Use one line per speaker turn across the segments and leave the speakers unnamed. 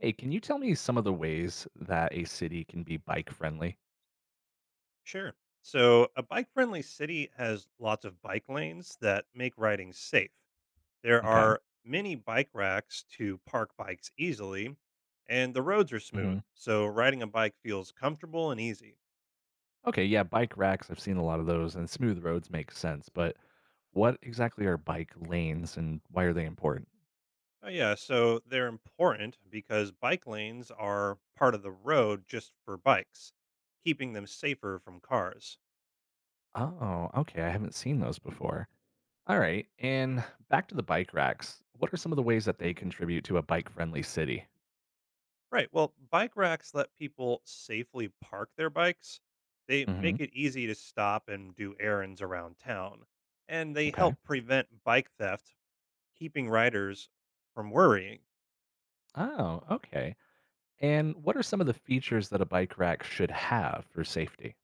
Hey, can you tell me some of the ways that a city can be bike friendly?
Sure. So, a bike friendly city has lots of bike lanes that make riding safe. There
Okay.
are many bike racks to park bikes easily, and the roads are smooth.
Hmm.
So, riding a bike feels comfortable and easy.
Okay, yeah. Bike racks. I've seen a lot of those, and smooth roads make sense. But what exactly are bike lanes and why are they important?
Oh, yeah. So, they're important because bike lanes are part of the road just for bikes, keeping them safer from cars.
Oh, okay. I haven't seen those before. All right. And back to the bike racks. What are some of the ways that they contribute to a bike friendly city?
Right. Well, bike racks let people safely park their bikes. They
Hmm.
make it easy to stop and do errands around town. And they
Okay.
help prevent bike theft, keeping riders from worrying.
Oh, okay. And what are some of the features that a bike rack should have for safety?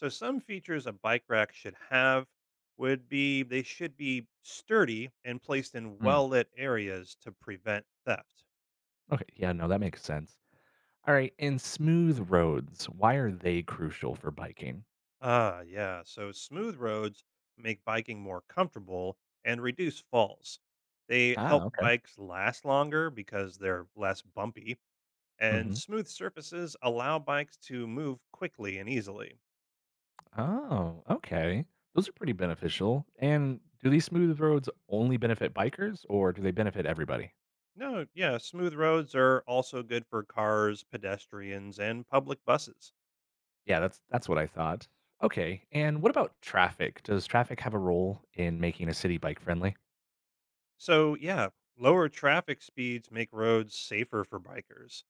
So, some features a bike rack should have would be they should be sturdy and placed in
Hmm.
well lit areas to prevent theft.
Okay, yeah. No, that makes sense. All right, and smooth roads, why are they crucial for biking?
Ah, yeah. So smooth roads make biking more comfortable and reduce falls. They
Ah,
help
okay.
bikes last longer because they're less bumpy, and
Mhm.
smooth surfaces allow bikes to move quickly and easily.
Oh, okay. Those are pretty beneficial. And do these smooth roads only benefit bikers or do they benefit everybody?
No, yeah, smooth roads are also good for cars, pedestrians, and public buses.
Yeah, that's what I thought. Okay. And what about traffic? Does traffic have a role in making a city bike friendly?
So, yeah, lower traffic speeds make roads safer for bikers.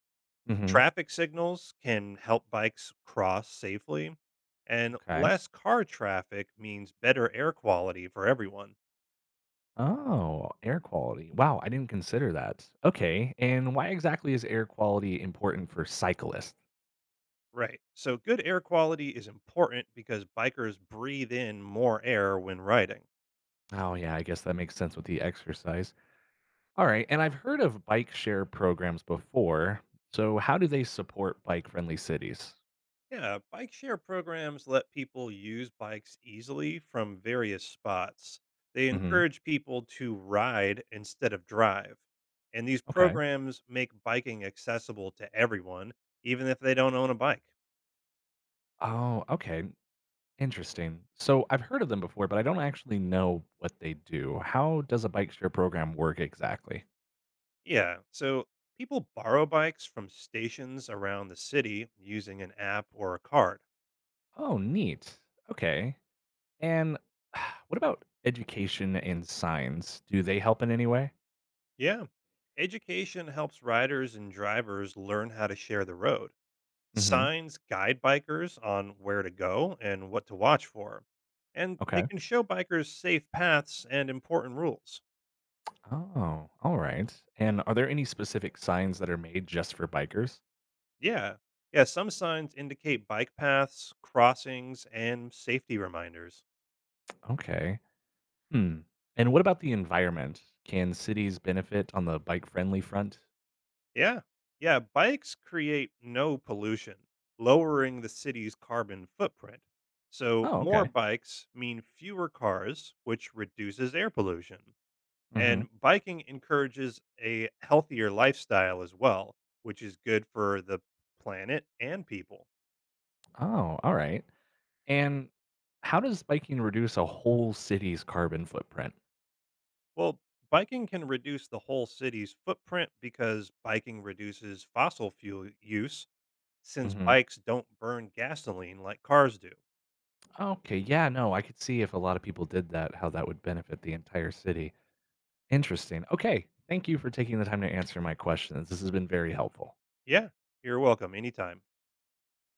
Mhm.
Traffic signals can help bikes cross safely, and
Okay.
less car traffic means better air quality for everyone.
Oh, air quality. Wow, I didn't consider that. Okay. And why exactly is air quality important for cyclists?
Right. So, good air quality is important because bikers breathe in more air when riding.
Oh, yeah, I guess that makes sense with the exercise. All right. And I've heard of bike share programs before. So, how do they support bike friendly cities?
Yeah, bike share programs let people use bikes easily from various spots. They
Hmm.
encourage people to ride instead of drive. And these
Okay.
programs make biking accessible to everyone, even if they don't own a bike.
Oh, okay. Interesting. So, I've heard of them before, but I don't actually know what they do. How does a bike share program work exactly?
Yeah. So people borrow bikes from stations around the city using an app or a card.
Oh, neat. Okay. And what about education and signs? Do they help in any way?
Yeah. Education helps riders and drivers learn how to share the road.
Hmm.
Signs guide bikers on where to go and what to watch for. And they
Okay.
can show bikers safe paths and important rules.
Oh, all right. And are there any specific signs that are made just for bikers?
Yeah. Yeah. Some signs indicate bike paths, crossings, and safety reminders.
Okay. Hmm. And what about the environment? Can cities benefit on the bike friendly front?
Yeah. Yeah. Bikes create no pollution, lowering the city's carbon footprint. So,
Oh,
more
okay.
bikes mean fewer cars, which reduces air pollution.
Hmm.
And biking encourages a healthier lifestyle as well, which is good for the planet and people.
Oh, all right. And how does biking reduce a whole city's carbon footprint?
Well, biking can reduce the whole city's footprint because biking reduces fossil fuel use since
Hmm.
bikes don't burn gasoline like cars do.
Okay, yeah, no, I could see if a lot of people did that, how that would benefit the entire city. Interesting. Okay, thank you for taking the time to answer my questions. This has been very helpful.
Yeah, you're welcome anytime.